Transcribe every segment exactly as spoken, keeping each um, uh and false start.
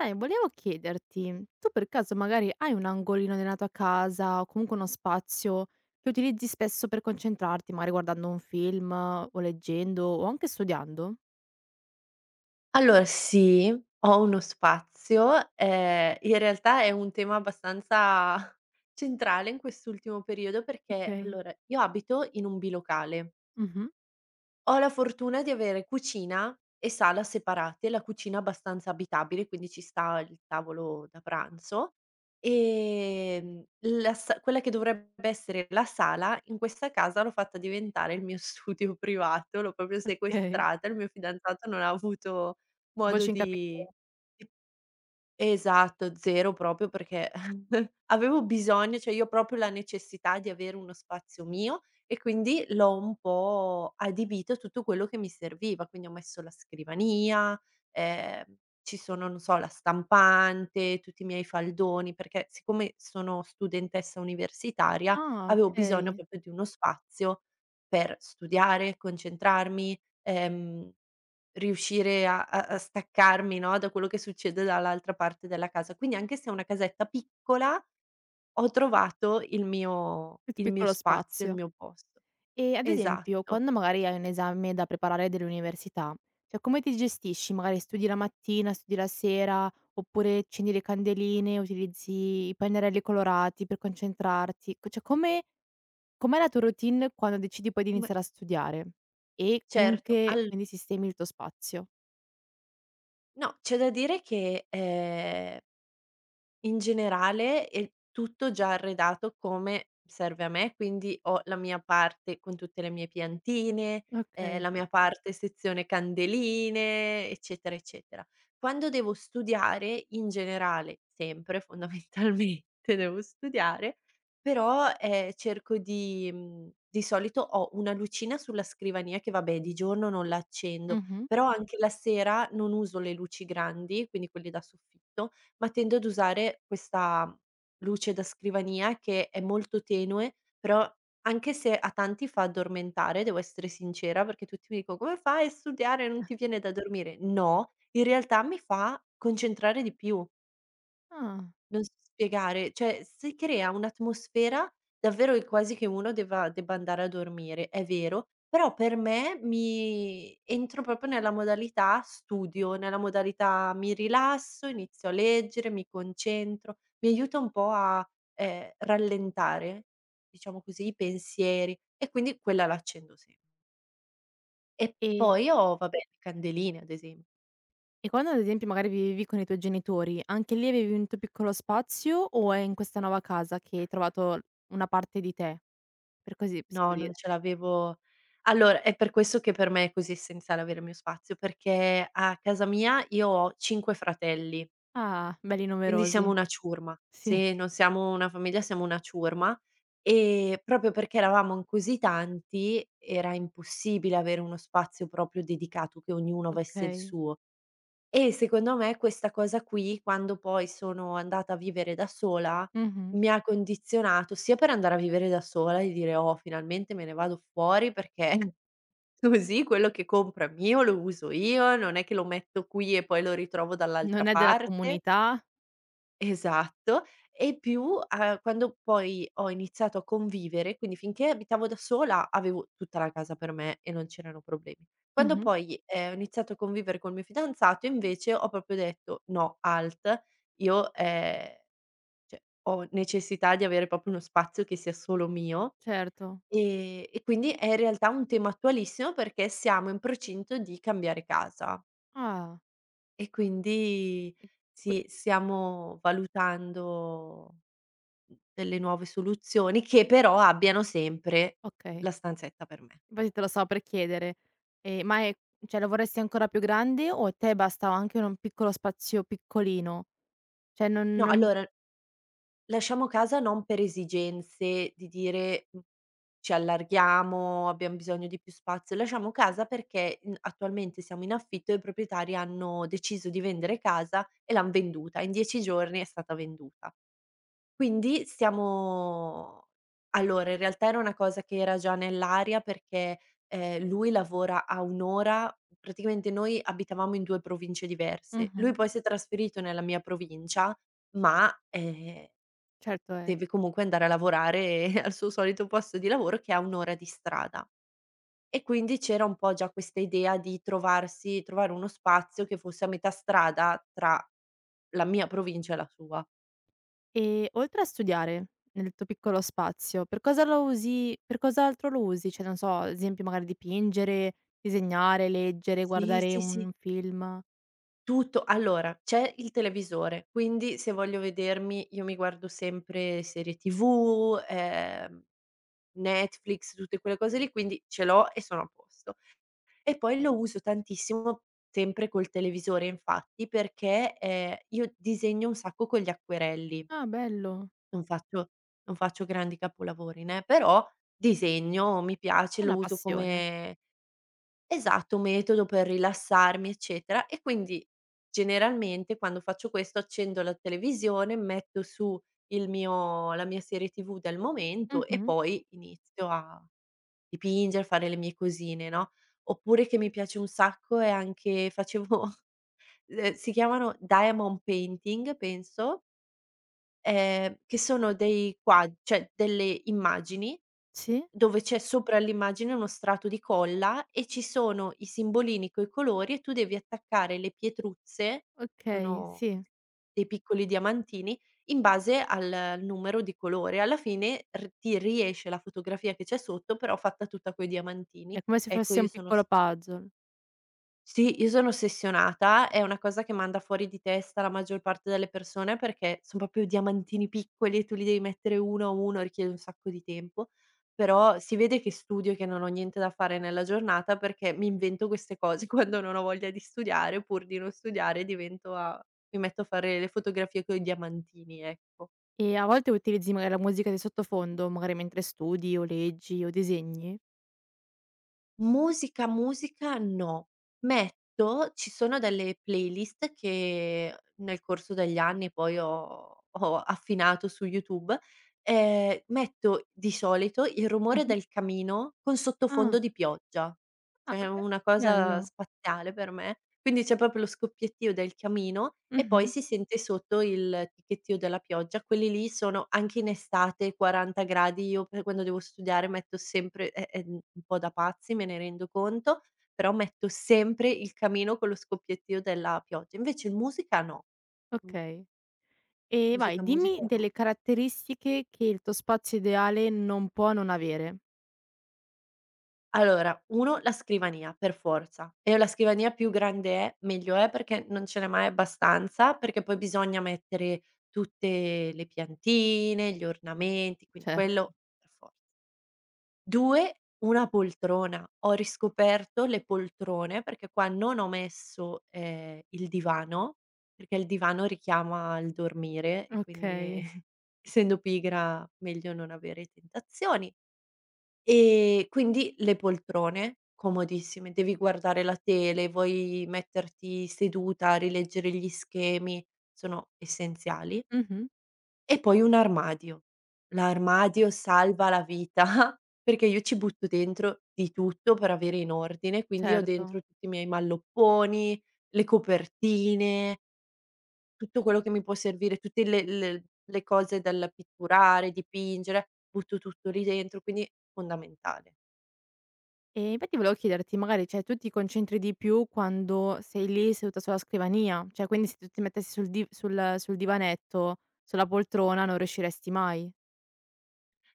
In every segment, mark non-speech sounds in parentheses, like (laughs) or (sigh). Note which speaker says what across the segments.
Speaker 1: Sai, volevo chiederti, tu per caso magari hai un angolino della tua casa o comunque uno spazio che utilizzi spesso per concentrarti, magari guardando un film o leggendo o anche studiando?
Speaker 2: Allora sì, ho uno spazio, ehm, in realtà è un tema abbastanza (laughs) centrale in quest'ultimo periodo perché
Speaker 1: Okay.
Speaker 2: allora, io abito in un bilocale.
Speaker 1: Mh-mh.
Speaker 2: Ho la fortuna di avere cucina e sala separate, la cucina abbastanza abitabile, quindi ci sta il tavolo da pranzo, ehm, la sa quella che dovrebbe essere la sala, in questa casa l'ho fatta diventare il mio studio (laughs) privato, l'ho proprio
Speaker 1: Okay.
Speaker 2: sequestrata, il mio fidanzato non ha avuto modo
Speaker 1: Voce in capi
Speaker 2: di di Esatto, zero proprio perché (laughs) avevo bisogno, cioè io ho proprio la necessità di avere uno spazio mio e quindi l'ho un po' adibito a tutto quello che mi serviva, quindi ho messo la scrivania, ehm, ci sono, non so, la stampante, tutti i miei faldoni, perché siccome sono studentessa universitaria
Speaker 1: ah,
Speaker 2: avevo bisogno
Speaker 1: okay.
Speaker 2: proprio di uno spazio per studiare, concentrarmi, ehm riuscire a a a staccarmi, no, da quello che succede dall'altra parte della casa. Quindi anche se è una casetta piccola, ho trovato il mio
Speaker 1: Il tuo
Speaker 2: il mio
Speaker 1: piccolo
Speaker 2: spazio, il
Speaker 1: spazio.
Speaker 2: mio posto.
Speaker 1: E ad esempio,
Speaker 2: Esatto.
Speaker 1: quando magari hai un esame da preparare dell'università, cioè come ti gestisci? Magari studi la mattina, studi la sera, oppure accendi le candeline, utilizzi i pennarelli colorati per concentrarti? Co- Cioè, come, com'è la tua routine quando decidi poi di
Speaker 2: M
Speaker 1: iniziare a studiare? E con
Speaker 2: Certo.
Speaker 1: che
Speaker 2: al
Speaker 1: quindi sistemi il tuo spazio?
Speaker 2: No, c'è da dire che, ehm in generale è tutto già arredato come serve a me, quindi ho la mia parte con tutte le mie piantine, ehm,
Speaker 1: Ok.
Speaker 2: la mia, okay, parte sezione candeline, eccetera, eccetera. Quando devo studiare, in generale, sempre fondamentalmente (laughs) devo studiare, però, ehm, cerco di mhmm, di solito ho una lucina sulla scrivania che vabbè di giorno non la accendo,
Speaker 1: Mh-mh.
Speaker 2: però Mh. anche la sera non uso le luci grandi, quindi quelle da soffitto, ma tendo ad usare questa luce da scrivania che è molto tenue, però anche se a tanti fa addormentare, devo essere sincera, perché tutti mi dicono: "Come fai a studiare? Non ti viene da dormire?" No, in realtà mi fa concentrare di più.
Speaker 1: Ah.
Speaker 2: Non so spiegare, cioè si crea un'atmosfera davvero che quasi che uno deva debba andare a dormire, è vero, però per me mi entro proprio nella modalità studio, nella modalità mi rilasso, inizio a leggere, mi concentro, mi aiuta un po' a, ehm, rallentare, diciamo così, i pensieri e quindi quella la accendo sem e
Speaker 1: E
Speaker 2: poi ho vabbè, le candeline ad esem
Speaker 1: e quando ad esempio magari vivevi con i tuoi genitori, anche lì avevi un tuo piccolo spazio o è in questa nuova casa che hai trovato una parte di te? Per così possiamo
Speaker 2: No, non
Speaker 1: dire.
Speaker 2: ce l'avevo, allora, è per questo che per me è così essenziale avere il mio spazio, perché a casa mia io ho cinque fratelli,
Speaker 1: Ah, belli
Speaker 2: quindi siamo
Speaker 1: numerosi.
Speaker 2: una ciurma.
Speaker 1: Sì,
Speaker 2: Sì, non siamo una famiglia, siamo una ciurma, ehm, proprio perché eravamo in così tanti, era impossibile avere uno spazio proprio dedicato, che ognuno avesse il
Speaker 1: okay.
Speaker 2: suo. E secondo me questa cosa qui, quando poi sono andata a vivere da sola,
Speaker 1: Mh-mh.
Speaker 2: mi ha condizionato sia per andare a vivere da sola e dire: "Oh, finalmente me ne vado fuori perché (laughs) così quello che compro è mio, lo uso io, non è che lo metto qui e poi lo ritrovo dall'altra
Speaker 1: Non è della
Speaker 2: parte."
Speaker 1: comunità?
Speaker 2: Esatto, e più, uhm, quando poi ho iniziato a convivere, quindi finché abitavo da sola avevo tutta la casa per me e non c'erano problemi. Quando
Speaker 1: Mh-mh.
Speaker 2: poi, ehm, ho iniziato a convivere col mio fidanzato invece ho proprio detto: "No, halt, io, ehm, cioè ho necessità di avere proprio uno spazio che sia solo mio",
Speaker 1: Certo.
Speaker 2: ehm, e quindi è in realtà un tema attualissimo perché siamo in procinto di cambiare casa
Speaker 1: Ah,
Speaker 2: e quindi
Speaker 1: e que
Speaker 2: sì, stiamo valutando delle nuove soluzioni che però abbiano sempre
Speaker 1: okay.
Speaker 2: la stanzetta per me.
Speaker 1: Infatti te lo stavo per chiedere. Ehm, ma è cioè lo vorresti ancora più grande o a te bastava anche un piccolo spazio piccolino? Cioè non
Speaker 2: No,
Speaker 1: non
Speaker 2: allora lasciamo casa non per esigenze di dire, mhmm, ci allarghiamo, abbiamo bisogno di più spazio, lasciamo casa perché, mhmm, attualmente siamo in affitto e i proprietari hanno deciso di vendere casa e l'han venduta. In dieci giorni è stata venduta. Quindi stiamo Allora in realtà era una cosa che era già nell'aria perché, ehm, lui lavora a un'ora ora, praticamente noi abitavamo in due province diverse. Lui
Speaker 1: mh-mh.
Speaker 2: poi si è trasferito nella mia provincia, ma, ehm,
Speaker 1: Certo è
Speaker 2: deve comunque andare a lavorare (laughs) al suo solito posto di lavoro che è a un'ora ora di strada. E quindi c'era un po' già questa idea di trovarsi trovare uno spazio che fosse a metà strada tra la mia provincia e la sua.
Speaker 1: E oltre a studiare nel tuo piccolo spazio, per cosa lo usi per cos'altro lo usi? Cioè, non so, ad esempio magari dipingere, disegnare, leggere,
Speaker 2: Sì,
Speaker 1: guardare
Speaker 2: sì, sì.
Speaker 1: un film?
Speaker 2: Tutto. Allora, c'è il televisore, quindi se voglio vedermi, io mi guardo sempre serie tivù, ehm, Netflix, tutte quelle cose lì, quindi ce l'ho e sono a posto. E poi lo uso tantissimo sempre col televisore infatti, perché, ehm, io disegno un sacco con gli acquerelli.
Speaker 1: Ah, bello.
Speaker 2: Non faccio non faccio grandi capolavori, né, però disegno, mi piace,
Speaker 1: È
Speaker 2: lo
Speaker 1: una
Speaker 2: uso
Speaker 1: passione.
Speaker 2: come Esatto, un metodo per rilassarmi, eccetera. E quindi generalmente quando faccio questo accendo la televisione, metto su il mio la mia serie tivù del momento e
Speaker 1: Mh-mh.
Speaker 2: poi inizio a dipingere, fare le mie cosine, no, oppure che mi piace un sacco è anche facevo, (laughs) ehm, si chiamano diamond painting penso, ehm, che sono dei qua cioè delle immagini
Speaker 1: Sì?
Speaker 2: dove c'è sopra all'immagine uno strato di colla e ci sono i simbolini coi colori e tu devi attaccare le pietruzze,
Speaker 1: Okay,
Speaker 2: sono
Speaker 1: sì.
Speaker 2: dei piccoli diamantini, in base al numero di colore. Alla fine r ti riesce la fotografia che c'è sotto, però fatta tutta coi
Speaker 1: È
Speaker 2: diamantini.
Speaker 1: come se
Speaker 2: Ecco,
Speaker 1: fosse
Speaker 2: io
Speaker 1: un
Speaker 2: sono
Speaker 1: piccolo
Speaker 2: s
Speaker 1: puzzle.
Speaker 2: sì, io sono ossessionata, è una cosa che manda fuori di testa la maggior parte delle persone perché son proprio diamantini piccoli e tu li devi mettere uno a uno, richiede un sacco di tempo, però si vede che studio e che non ho niente da fare nella giornata perché mi invento queste cose (laughs) quando non ho voglia di studiare, pur di non studiare divento a mi metto a fare le fotografie coi diamantini, ecco.
Speaker 1: E a volte utilizzi magari la musica di sottofondo, magari mentre studi o leggi o disegni?
Speaker 2: Musica, musica no. Metto Ci sono delle playlist che nel corso degli anni poi ho ho affinato su YouTube, ehm, metto di solito il rumore
Speaker 1: Mh-mh.
Speaker 2: del camino con sottofondo
Speaker 1: Ah.
Speaker 2: di pioggia.
Speaker 1: Ah,
Speaker 2: Cioè è
Speaker 1: beh,
Speaker 2: una cosa
Speaker 1: bello.
Speaker 2: spaziale per me. Quindi c'è proprio lo scoppiettio del camino e poi
Speaker 1: Mh-mh.
Speaker 2: si sente sotto il ticchettio della pioggia. Quelli lì sono anche in estate quaranta gradi, io per quando devo studiare metto sempre, è è un po' da pazzi, me ne rendo conto, però metto sempre il camino con lo scoppiettio della pioggia. Invece in musica no. Mh,
Speaker 1: Okay. E vai,
Speaker 2: musica,
Speaker 1: dimmi
Speaker 2: musica no.
Speaker 1: delle caratteristiche che il tuo spazio ideale non può non avere.
Speaker 2: Allora, uno la scrivania per forza, e la scrivania più grande è meglio è, perché non ce n'è mai abbastanza, perché poi bisogna mettere tutte le piantine, gli ornamenti, quindi
Speaker 1: Certo.
Speaker 2: quello per for due, una poltrona. Ho riscoperto le poltrone, perché qua non ho messo, ehm, il divano, perché il divano richiama il dormire e quindi
Speaker 1: Okay.
Speaker 2: (laughs) essendo pigra meglio non avere tentazioni. E quindi le poltrone comodissime, devi guardare la tele, vuoi metterti seduta, rileggere gli schemi, sono essenziali.
Speaker 1: Mh-mh.
Speaker 2: E poi un armadio. L'armadio salva la vita (laughs) perché io ci butto dentro di tutto per avere in ordine, quindi ho
Speaker 1: Certo.
Speaker 2: dentro tutti i miei mallopponi, le copertine, tutto quello che mi può servire, tutte le le le cose da pitturare, dipingere, butto tutto lì dentro, quindi fondamentale.
Speaker 1: E infatti volevo chiederti magari, cioè, tu ti concentri di più quando sei lì seduta sulla scrivania? Cioè, quindi se tu ti mettessi sul div sul sul divanetto, sulla poltrona non riusciresti mai.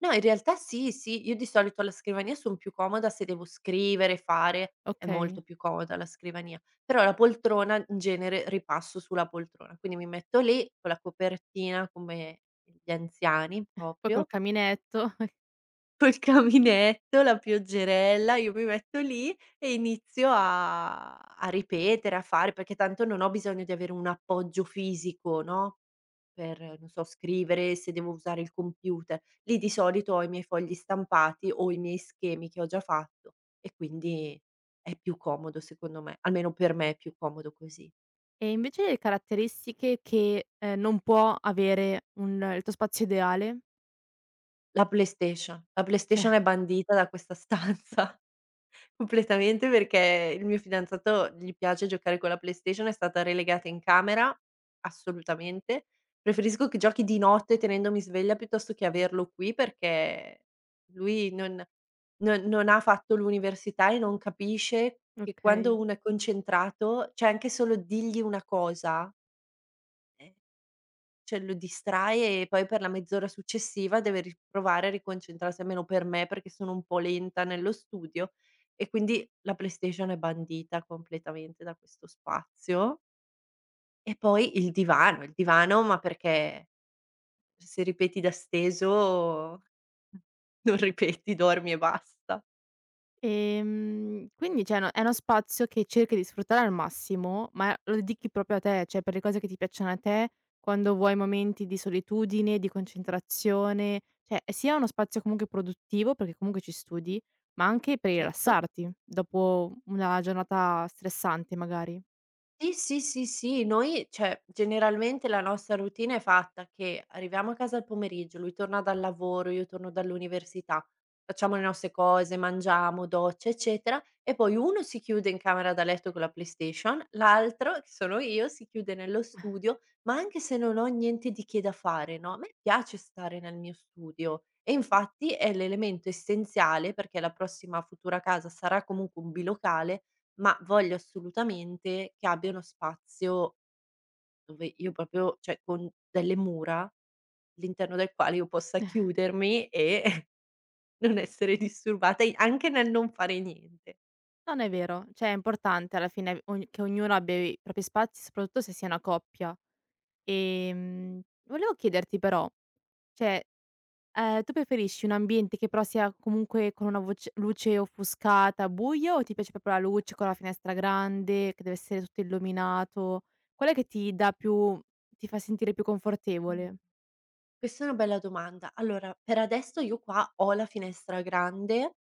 Speaker 2: No, in realtà sì, sì. Io di solito alla scrivania son più comoda se devo scrivere, fare, è molto
Speaker 1: Okay.
Speaker 2: più comoda la scrivania. Però la poltrona in genere ripasso sulla poltrona, quindi mi metto lì con la copertina come gli anziani
Speaker 1: Poi col
Speaker 2: proprio,
Speaker 1: caminetto. (laughs)
Speaker 2: (laughs) col caminetto, la pioggerella, io mi metto lì e inizio a a ripetere, a fare, perché tanto non ho bisogno di avere un appoggio fisico, no? Per, non so, scrivere, se devo usare il computer. Lì di solito ho i miei fogli stampati o i miei schemi che ho già fatto e quindi è più comodo secondo me, almeno per me è più comodo così.
Speaker 1: E invece le caratteristiche che, ehm, non può avere un il tuo spazio ideale?
Speaker 2: La PlayStation, la
Speaker 1: Cioè
Speaker 2: PlayStation è bandita da questa (laughs) stanza. Completamente perché il mio fidanzato gli piace giocare con la PlayStation, è stata relegata in camera, assolutamente. Preferisco che giochi di notte tenendomi sveglia piuttosto che averlo qui perché lui non non non ha fatto l'università e non capisce che quando
Speaker 1: okay.
Speaker 2: uno è concentrato cioè anche solo dirgli una cosa, eh cioè lo distrae e poi per la mezz'ora successiva deve riprovare a riconcentrarsi, almeno per me, perché sono un po' lenta nello studio e quindi la PlayStation è bandita completamente da questo spazio. E poi il divano, il divano, ma perché se ripeti da steso (laughs) non ripeti, dormi e basta.
Speaker 1: Ehm, quindi cioè no è uno spazio che cerchi di sfruttare al massimo, ma lo dedichi proprio a te, cioè per le cose che ti piacciono a te, quando vuoi momenti di solitudine, di concentrazione, cioè è sia uno spazio comunque produttivo, perché comunque ci studi, ma anche per
Speaker 2: Certo.
Speaker 1: rilassarti dopo una giornata stressante magari.
Speaker 2: Sì, sì, sì, sì, noi cioè, generalmente la nostra routine è fatta che arriviamo a casa al pomeriggio, lui torna dal lavoro, io torno dall'università, facciamo le nostre cose, mangiamo, docce, eccetera, e poi uno si chiude in camera da letto con la PlayStation, l'altro, che sono io, si chiude nello studio, ma anche se non ho niente di che da fare, no, a me piace stare nel mio studio e infatti è l'elemento essenziale perché la prossima futura casa sarà comunque un bilocale, ma voglio assolutamente che abbia uno spazio dove io proprio cioè con delle mura, all'interno del quale io possa chiudermi e (laughs) non essere disturbata e anche nel non fare niente.
Speaker 1: Non è vero, cioè è importante alla fine ogn che ognuno abbia i propri spazi, soprattutto se si è una coppia. Ehm, volevo chiederti però, cioè Ehm, tu preferisci un ambiente che però sia comunque con una voce luce offuscata, buio, o ti piace proprio la luce con la finestra grande, che deve essere tutto illuminato? Qual è che ti dà più ti fa sentire più
Speaker 2: Mh.
Speaker 1: confortevole?
Speaker 2: Questa è una bella domanda. Allora, per adesso io qua ho la finestra grande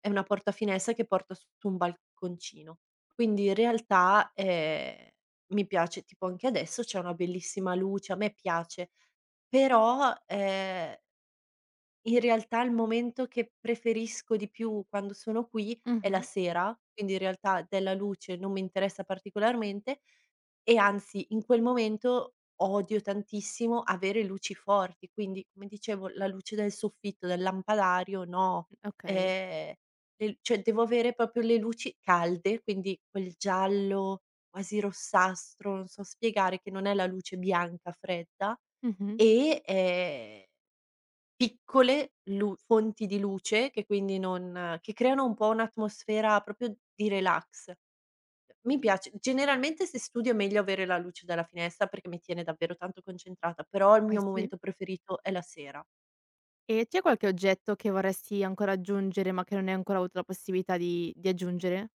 Speaker 2: e una portafinestra che porta su su un balconcino. Quindi in realtà, ehm, mi piace tipo anche adesso c'è una bellissima luce, a me piace, però, ehm in realtà il momento che preferisco di più quando sono qui è la
Speaker 1: Mh-mh.
Speaker 2: sera, quindi in realtà della luce non mi interessa particolarmente e anzi in quel momento odio tantissimo avere luci forti, quindi come dicevo la luce del soffitto, del lampadario no,
Speaker 1: Okay.
Speaker 2: ehm, le cioè devo avere proprio le luci calde, quindi quel giallo quasi rossastro, non so spiegare, che non è la luce bianca fredda
Speaker 1: Mh-mh.
Speaker 2: e, ehm piccole lu fonti di luce che quindi non che creano un po' un'atmosfera proprio di relax. Mi piace, generalmente se studio è meglio avere la luce dalla finestra perché mi tiene davvero tanto concentrata, però il
Speaker 1: Eh
Speaker 2: mio
Speaker 1: sì.
Speaker 2: momento preferito è la sera.
Speaker 1: E c'è qualche oggetto che vorresti ancora aggiungere, ma che non hai ancora avuto la possibilità di di aggiungere?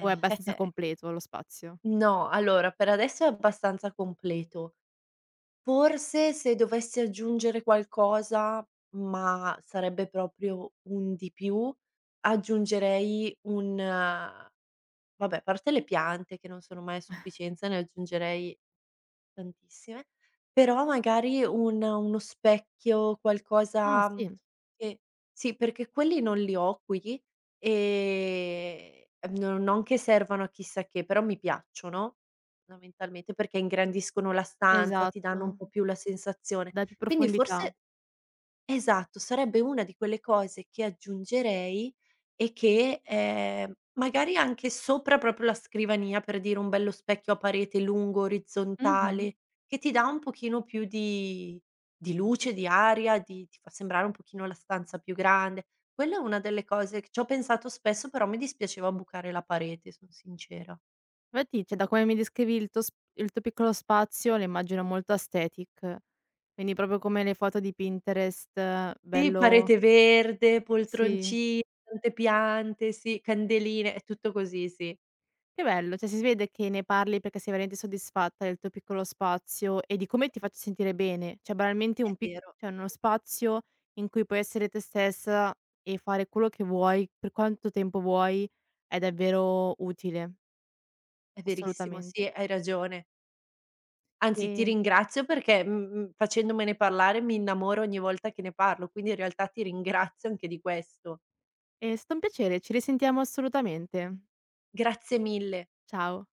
Speaker 1: O è abbastanza
Speaker 2: (laughs)
Speaker 1: completo lo spazio?
Speaker 2: no, allora per adesso è abbastanza completo. Forse se dovessi aggiungere qualcosa, ma sarebbe proprio un di più, aggiungerei un vabbè, a parte le piante che non sono mai a sufficienza, ne aggiungerei tantissime, però magari un uno specchio,
Speaker 1: Ah
Speaker 2: qualcosa, mhmm,
Speaker 1: sì,
Speaker 2: che sì, perché quelli non li ho qui, ehm, no, non che servano a chissà che, però mi piacciono fondamentalmente perché ingrandiscono la stanza, ti danno un
Speaker 1: esatto,
Speaker 2: po' più la sensazione.
Speaker 1: dà più
Speaker 2: Quindi
Speaker 1: profondità.
Speaker 2: forse Esatto, sarebbe una di quelle cose che aggiungerei e che, ehm, magari anche sopra proprio la scrivania, per dire un bello specchio a parete lungo,
Speaker 1: Mh-mh.
Speaker 2: orizzontale, che ti dà un pochino più di di luce, di aria, di ti fa sembrare un pochino la stanza più grande. Quella è una delle cose che c'ho pensato spesso, però mi dispiaceva bucare la parete, son sincera.
Speaker 1: Infatti, cioè da come mi descrivi il tuo sp il tuo piccolo spazio lo immagino molto aesthetic, quindi proprio come le foto di Pinterest, eh,
Speaker 2: Sì,
Speaker 1: bello
Speaker 2: parete verde,
Speaker 1: sì,
Speaker 2: poltroncine, tante piante, sì, candeline, è tutto così, sì.
Speaker 1: che bello, cioè si vede che ne parli perché sei veramente soddisfatta del tuo piccolo spazio e di come ti faccia sentire bene, cioè banalmente
Speaker 2: È
Speaker 1: un pic
Speaker 2: vero.
Speaker 1: cioè uno spazio in cui puoi essere te stessa e fare quello che vuoi, per quanto tempo vuoi, è davvero utile,
Speaker 2: È verissimo,
Speaker 1: assolutamente.
Speaker 2: sì, hai ragione. Anzi, ti
Speaker 1: Ehm,
Speaker 2: ringrazio perché, mhmm, facendomene parlare mi innamoro ogni volta che ne parlo, quindi in realtà ti ringrazio anche di questo.
Speaker 1: è stato un piacere, ci risentiamo assolutamente.
Speaker 2: Grazie mille.
Speaker 1: Ciao.